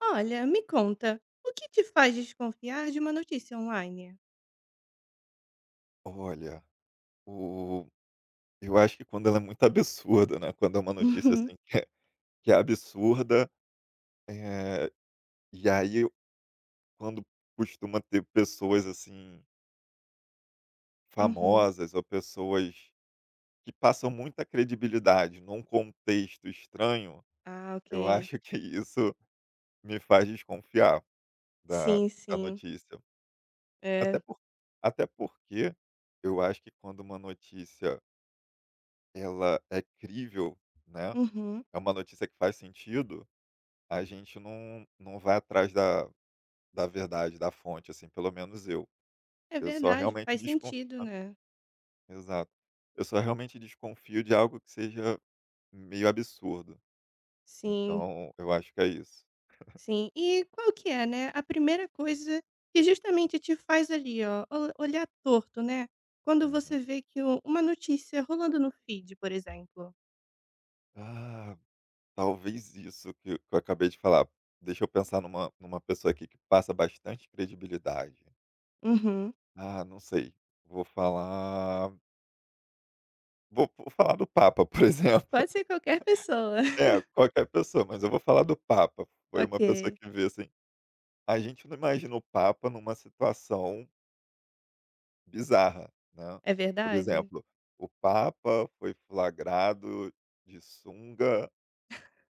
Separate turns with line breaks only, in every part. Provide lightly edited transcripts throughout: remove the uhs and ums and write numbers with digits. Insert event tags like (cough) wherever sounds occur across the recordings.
Olha, me conta, o que te faz desconfiar de uma notícia online?
Olha, o eu acho que quando ela é muito (laughs) absurda, né, quando é uma notícia,
Uhum,
assim, que é absurda, eh, e aí eu quando costuma ter pessoas, assim,
uhum.
famosas ou pessoas que passam muita credibilidade num contexto estranho,
Ah,
eu (laughs)
ok.
acho que isso me faz desconfiar da
Sim,
da
sim.
notícia.
É.
Até por Até porque eu acho que quando uma notícia ela é crível, né,
Uhum.
é uma notícia que faz sentido. A gente não vai atrás da verdade, da fonte, assim, pelo menos eu.
É
Eu só
verdade,
realmente
faz
desconfio
sentido, né.
exato. Eu só realmente desconfio de algo que seja meio absurdo.
Sim,
Então, eu acho que é isso.
sim. E qual que é, né, a primeira coisa que justamente te faz ali, ó, ol olhar torto, né, quando você
Uhum.
vê que u uma notícia rolando no feed, por exemplo?
Ah, talvez isso que eu acabei de falar. Deixa eu pensar numa pessoa aqui que passa bastante credibilidade.
Uhum.
Ah, não sei, vou falar vou falar do Papa, por (laughs) exemplo.
Pode ser qualquer pessoa. (laughs)
É, qualquer pessoa, mas eu vou falar do Papa. Foi uma pessoa
Ok.
que veio assim. A gente não imagina o Papa numa situação bizarra, né.
É
Por
verdade?
exemplo, o Papa foi flagrado de sunga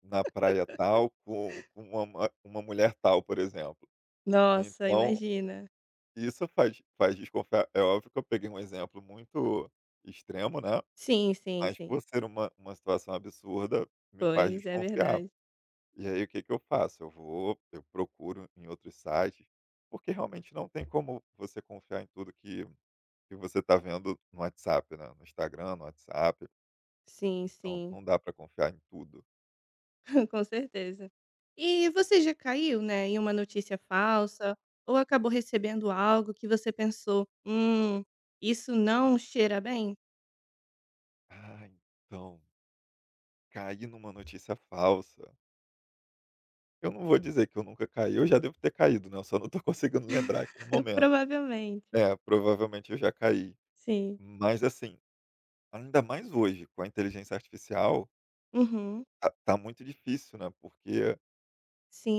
na praia tal com uma ma uma mulher tal, por exemplo.
Nossa,
Então,
imagina.
isso faz desconfiar. É óbvio que eu peguei um exemplo muito extremo, né,
Sim, sim,
mas
sim.
por ser uma situação absurda, me faz
Pois, é
desconfiar.
verdade.
E aí o que que eu faço? Eu vou, eu procuro em outros sites, porque realmente não tem como você confiar em tudo que você está vendo no WhatsApp, né? No Instagram, no WhatsApp.
Sim,
Então
sim,
não dá para confiar em tudo.
(laughs) com certeza. E você já caiu, né, em uma notícia falsa ou acabou recebendo algo que você pensou: isso não cheira bem?"
Ah, então, caí numa notícia falsa. Eu não vou dizer que eu nunca caí, eu já devo ter caído, né? Eu só não estou (laughs) conseguindo lembrar aqui no
(laughs)
momento.
Provavelmente.
É, provavelmente eu já caí.
Sim.
Mas assim, ainda mais hoje, com a inteligência artificial,
Uhum.
tá muito difícil, né? Porque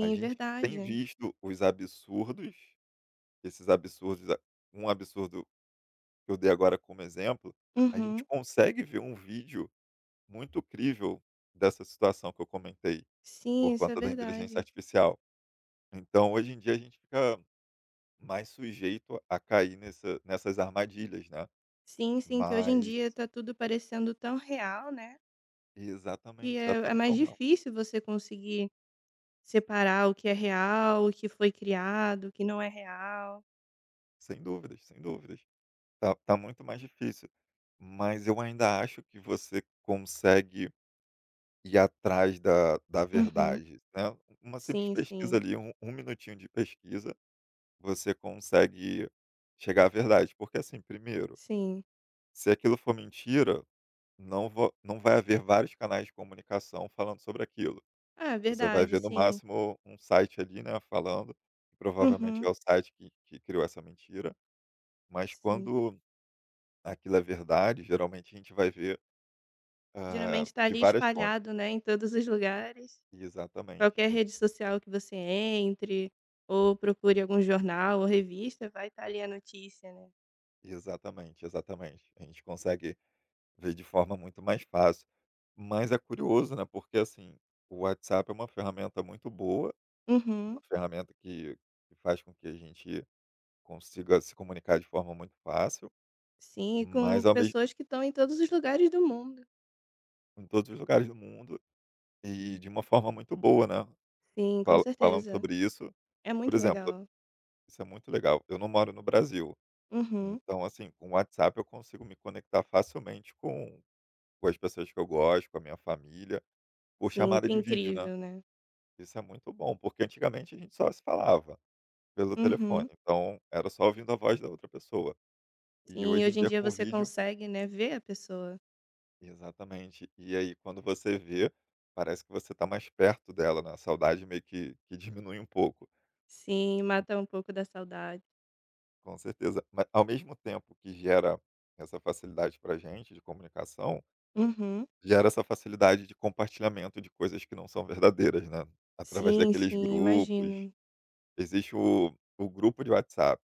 a gente tem
verdade.
visto os absurdos, esses absurdos a um absurdo que eu dei agora como exemplo, a gente
Uhum.
consegue ver um vídeo muito crível dessa situação que eu comentei,
Sim,
por
isso é
conta da inteligência
verdade.
artificial. Então, hoje em dia, a gente fica mais sujeito a cair nessas armadilhas, né.
Sim, sim, que hoje em
Mas
dia tá tudo parecendo tão real, né, que
exatamente, está
é
tudo
mais
tão real.
difícil você conseguir separar o que é real, o que foi criado, o que não é real.
Sem dúvidas, sem dúvidas. Tá muito mais difícil. Mas eu ainda acho que você consegue ir atrás da
Uhum.
verdade, né. Uma simples
Sim,
pesquisa
sim,
ali, um minutinho de pesquisa, você consegue chegar à verdade. Porque assim, primeiro,
sim.
se aquilo for mentira, não vai haver vários canais de comunicação falando sobre aquilo.
Ah
Você vai
verdade,
ver no
sim.
máximo um site ali, né, falando, que provavelmente
Uhum.
é o site que criou essa mentira, mas
Sim.
quando aquilo é verdade, geralmente a gente vai ver,
Geralmente tá
de
ali
várias fontes.
espalhado, né, em todos os lugares.
Exatamente.
Qualquer rede social que você entre, ou procure algum jornal ou revista, vai estar ali a notícia, né.
Exatamente. A gente consegue ver de forma muito mais fácil. Mas é curioso, né? Porque assim, o WhatsApp é uma ferramenta muito boa,
Uhum.
uma ferramenta que faz com que a gente consiga se comunicar de forma muito fácil,
Sim, e com
mas ao mesmo
pessoas que estão em todos os lugares do mundo.
em todos os lugares do mundo e de uma forma muito boa, né?
Sim, com
Falando
certeza.
sobre isso,
É
por
muito
exemplo,
legal.
isso é muito legal. Eu não moro no Brasil,
Uhum.
então assim, com o WhatsApp eu consigo me conectar facilmente com as pessoas que eu gosto, com a minha família. Por
Sim,
chamada
que
de vídeo, né.
incrível, né.
Isso é muito bom, porque antigamente a gente só se falava pelo telefone,
Uhum.
então era só ouvindo a voz da outra pessoa. E
Sim,
hoje em
hoje em
dia
dia
com o
você
vídeo
consegue, né, ver a pessoa.
exatamente. E aí quando você vê, parece que você está mais perto dela, né, a saudade meio que diminui um pouco,
Sim, mata um pouco da saudade.
com certeza. Mas ao mesmo tempo que gera essa facilidade para gente de comunicação,
Uhum.
gera essa facilidade de compartilhamento de coisas que não são verdadeiras, né, através
Sim,
daqueles
sim,
grupos.
imagino.
Existe o grupo de WhatsApp.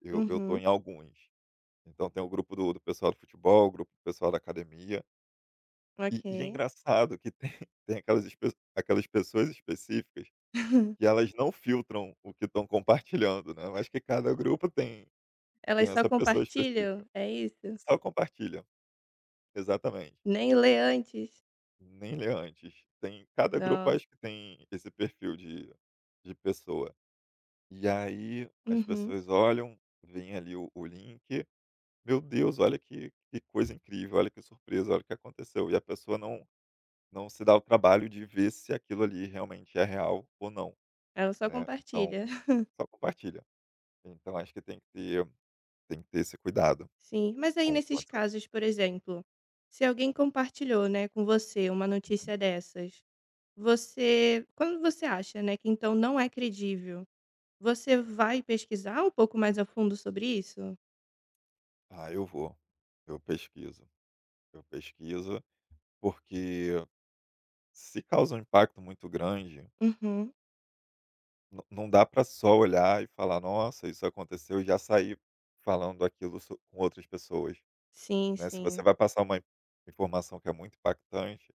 Eu tô
Uhum.
em alguns. Então tem o grupo do pessoal do futebol, o grupo do pessoal da academia. E é
Ok.
engraçado que tem (laughs) tem aquelas espe aquelas pessoas específicas que
(laughs)
elas não filtram o que estão compartilhando, né, eu acho que cada grupo tem
Elas só
essa pessoa
compartilham?
específica.
É isso?
Só compartilha. Exatamente.
Nem lê antes?
Nem lê antes. Tem cada grupo
Nossa.
acho que tem esse perfil de pessoa. E aí as
Uhum.
pessoas olham, veem ali o link. Meu Deus, olha que coisa incrível, olha que surpresa, olha o que aconteceu. E a pessoa não se dá o trabalho de ver se aquilo ali realmente é real ou não,
Ela só
né. Então,
compartilha. (laughs)
só compartilha. Então acho que tem que ter esse cuidado
Sim. Mas aí,
com
nesses
essa...
casos, por exemplo, se alguém compartilhou, né, com você uma notícia dessas, você. Quando você acha, né, que então não é credível? Você vai pesquisar um pouco mais a fundo sobre isso?
Ah, eu vou, eu pesquiso, eu pesquiso, porque se causa um impacto muito grande,
Uhum.
não dá para só olhar e falar: "Nossa, isso aconteceu", e já sair falando aquilo so com outras pessoas.
Sim,
Né, se
sim.
você vai passar uma informação que é muito impactante,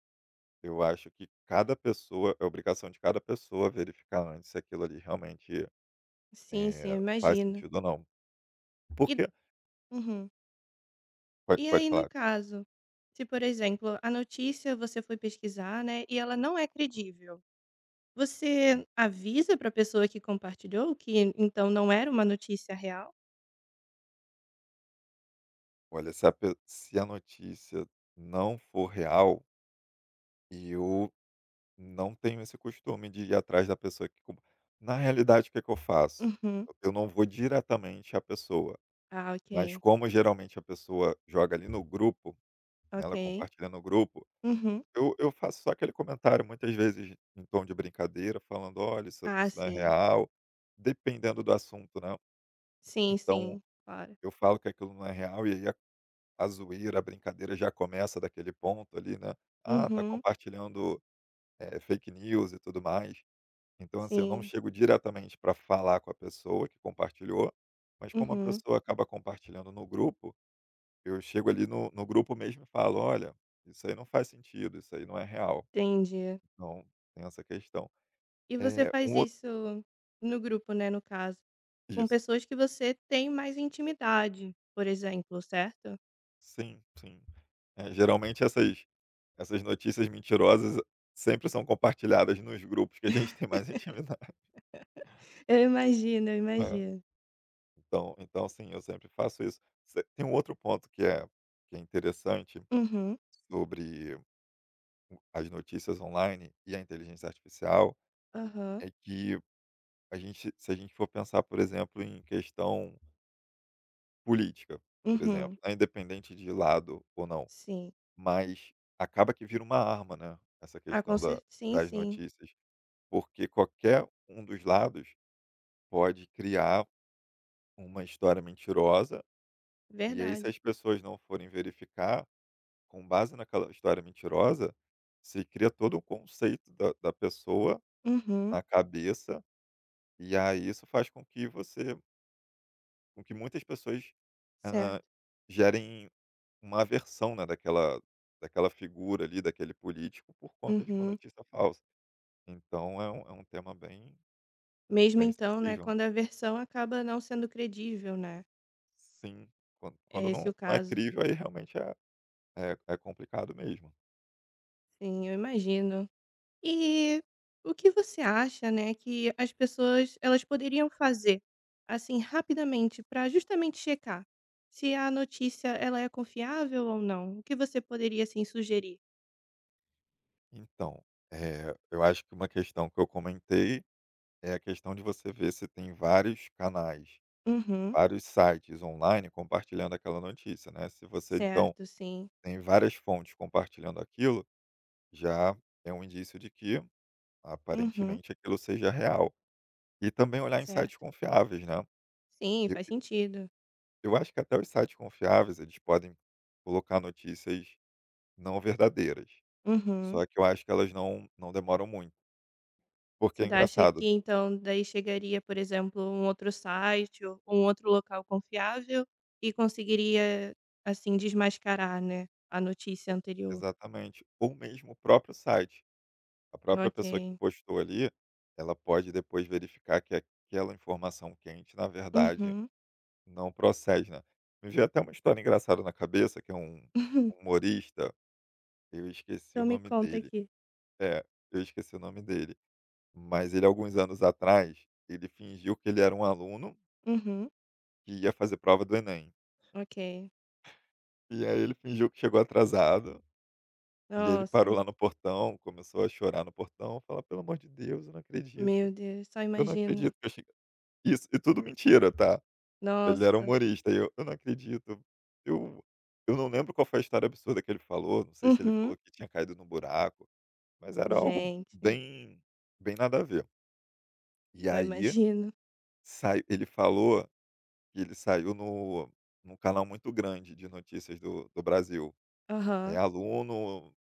eu acho que cada pessoa é obrigação de cada pessoa verificar antes se aquilo ali realmente,
Sim, sim, eu
faz
imagino.
sentido ou não.
E
Porque
uhum. E
pode
aí, no
falar.
caso, se, por exemplo, a notícia você foi pesquisar, né, e ela não é credível.
Hum,
Você avisa para a pessoa que compartilhou que então não era uma notícia real?
Olha, se a notícia não for real, e eu não tenho esse costume de ir atrás da pessoa que com... Na realidade, o que é que eu faço?
Uhum.
Eu não vou diretamente à pessoa,
Ah,
mas
ok.
como geralmente a pessoa joga ali no grupo, né, ela
Ok.
compartilha no grupo.
Uhum.
Eu faço só aquele comentário muitas vezes em tom de brincadeira, falando: "Olha,
Ah,
isso não é
sim.
real", dependendo do assunto, né.
Sim,
Então
sim. Claro.
eu falo que aquilo não é real e aí a zoeira, a brincadeira já começa daquele ponto ali, né. "Ah, tá
Uhum.
compartilhando, fake news e tudo mais". Então, assim, eu não
Sim.
chego diretamente para falar com a pessoa que compartilhou, mas como a
Uhum.
pessoa acaba compartilhando no grupo, eu chego ali no grupo mesmo e falo: "Olha, isso aí não faz sentido, isso aí não é real".
Entendi.
Então tem essa questão.
E você
É, um
faz
outro
isso no grupo, né, no caso, com
isso.
pessoas que você tem mais intimidade, por exemplo, certo?
Sim, sim. Geralmente essas notícias mentirosas sempre são compartilhadas nos grupos que a gente tem mais (laughs) intimidade.
Eu imagino, eu
É,
imagino.
então sim, eu sempre faço isso. Se tem um outro ponto que é interessante
Uhum,
sobre o as notícias online e a inteligência artificial,
aham,
é que a gente se a gente for pensar, por exemplo, em questão política, por
uhum,
exemplo, né, independente de lado ou não.
sim.
Mas acaba que vira uma arma, né, essa
Ah, com
questão
cer
da
sim,
das
sim,
notícias, porque qualquer um dos lados pode criar uma história mentirosa, e aí se
verdade.
as pessoas não forem verificar, com base naquela história mentirosa, se cria todo um conceito da pessoa
Uhum,
na cabeça, e aí isso faz com que você com que muitas pessoas, hã,
certo,
gerem uma aversão, né, daquela figura ali, daquele político, por conta de uma
uhum.
notícia falsa. Então é é um tema bem
Mesmo
bem
então, né,
sensível.
quando a versão acaba não sendo credível, né,
Sim,
é
quando
esse o
não é
caso.
crível, aí realmente é é complicado mesmo.
Sim, eu imagino. E o que você acha, né, que as pessoas elas poderiam fazer, assim, rapidamente para justamente checar se a notícia ela é confiável ou não? O que você poderia, assim, sugerir?
Então, eu acho que uma questão que eu comentei é a questão de você ver se tem vários canais,
Uhum,
vários sites online compartilhando aquela notícia, né. Se você então
certo, sim.
tem várias fontes compartilhando aquilo, já é um indício de que
Uhum,
aparentemente aquilo seja real. E também olhar em
certo.
sites confiáveis, né.
Sim, faz sentido.
Eu acho que até os sites confiáveis, eles podem colocar notícias não verdadeiras,
Uhum.
só que eu acho que elas não demoram muito,
Você
porque é
acha que
engraçado
então daí chegaria, por exemplo, um outro site ou um outro local confiável e conseguiria, assim, desmascarar, né, a notícia anterior?
exatamente, ou mesmo o próprio site, a própria pessoa que
Ok.
postou ali, ela pode depois verificar que aquela informação quente, na verdade,
Uhum.
não procede, né. Me veio até uma história engraçada na cabeça, que é um
(laughs)
humorista, eu esqueci
Então
o
me
nome
conta
dele.
aqui.
É, eu esqueci o nome dele, mas ele alguns anos atrás, ele fingiu que ele era um aluno
Uhum,
que ia fazer prova do Enem.
ok.
E aí ele fingiu que chegou atrasado, e ele parou
Nossa,
lá no portão, começou a chorar no portão, falar: "Pelo amor de Deus,
meu Deus, só
eu não
imagino.
acredito que eu cheguei". Isso, e tudo mentira, tá? Ele era
Nossa.
humorista, e eu: "Eu não acredito, eu eu não lembro qual foi a história absurda que ele falou, não sei se ele
Uhum.
falou que tinha caído no buraco, mas era algo
Gente,
bem bem nada a ver". E
só
aí,
imagino.
sai ele falou que ele saiu no num canal muito grande de notícias do Brasil. É
Aham.
aluno,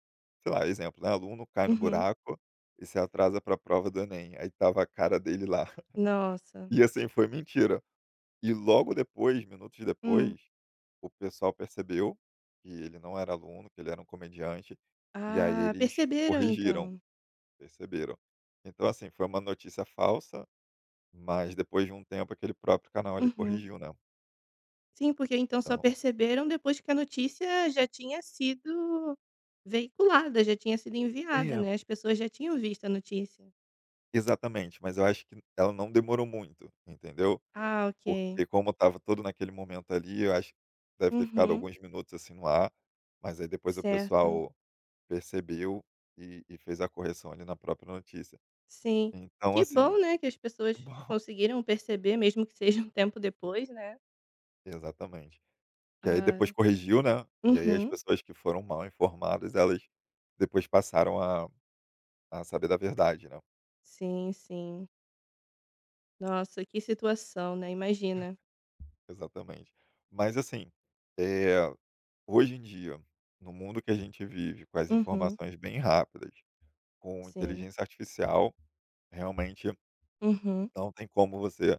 sei lá, exemplo, né, aluno cai no
Uhum.
buraco e se atrasa para a prova do Enem, aí tava a cara dele lá. (laughs)
Nossa.
E assim, foi mentira. E logo depois, minutos
Hum.
depois, o pessoal percebeu que ele não era aluno, que ele era um comediante, e aí
Ah,
eles
perceberam
corrigiram,
então.
perceberam. Então assim, foi uma notícia falsa, mas depois de um tempo aquele próprio canal ele
Uhum.
corrigiu, né.
Sim, porque então só
Então
perceberam depois que a notícia já tinha sido veiculada, já tinha sido enviada,
é,
né, as pessoas já tinham visto a notícia.
exatamente, mas eu acho que ela não demorou muito, entendeu?
Ah, ok.
Porque como estava todo naquele momento ali, eu acho que deve ter ficado
Uhum.
alguns minutos, assim, no ar, mas aí depois o
Certo.
pessoal percebeu e fez a correção ali na própria notícia.
Sim.
Então
Que
assim
bom, né, que as pessoas
que bom (laughs)
conseguiram perceber, mesmo que seja um tempo depois, né.
exatamente. Que aí depois
Ai.
corrigiu, né, e aí as
Uhum.
pessoas que foram mal informadas, elas depois passaram a saber da verdade, né.
Sim, sim. Nossa, que situação, né, imagina.
Exatamente. Mas assim, eh, hoje em dia, no mundo que a gente vive, com as
Uhum.
informações bem rápidas, com
Sim.
inteligência artificial. Realmente
Uhum.
não tem como você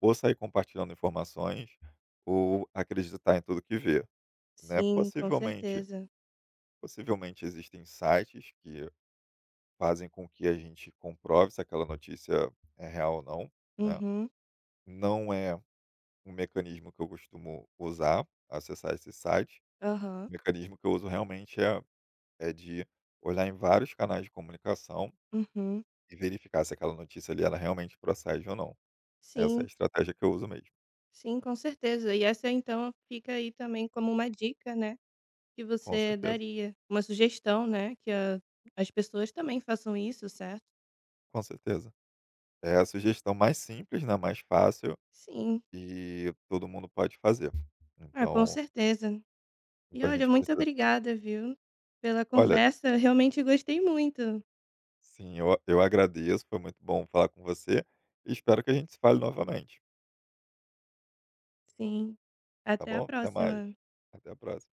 ou sair compartilhando informações ou acreditar em tudo que vê, né.
Sim, com certeza.
Possivelmente existem sites que fazem com que a gente comprove se aquela notícia é real ou não, né.
Uhum.
Não é um mecanismo que eu costumo usar, acessar esse site.
Aham.
O mecanismo que eu uso realmente é de olhar em vários canais de comunicação
Uhum.
e verificar se aquela notícia ali ela realmente procede ou não. Essa é a
Sim,
estratégia que eu uso mesmo,
sim, com certeza. E essa, então, fica aí também como uma dica, né, que
com
você
certeza.
daria. Uma sugestão, né, que a as pessoas também façam isso, certo?
Com certeza. É a sugestão mais simples, né, mais fácil
Sim.
e todo mundo pode fazer.
Ah, com
Então
certeza. E
então a
olha,
gente
muito
precisa
obrigada, viu, pela
olha,
conversa. Eu realmente gostei muito.
sim, eu agradeço, foi muito bom falar com você e espero que a gente se fale novamente,
Sim.
tá
Até a
bom? Até mais.
próxima.
Até a próxima.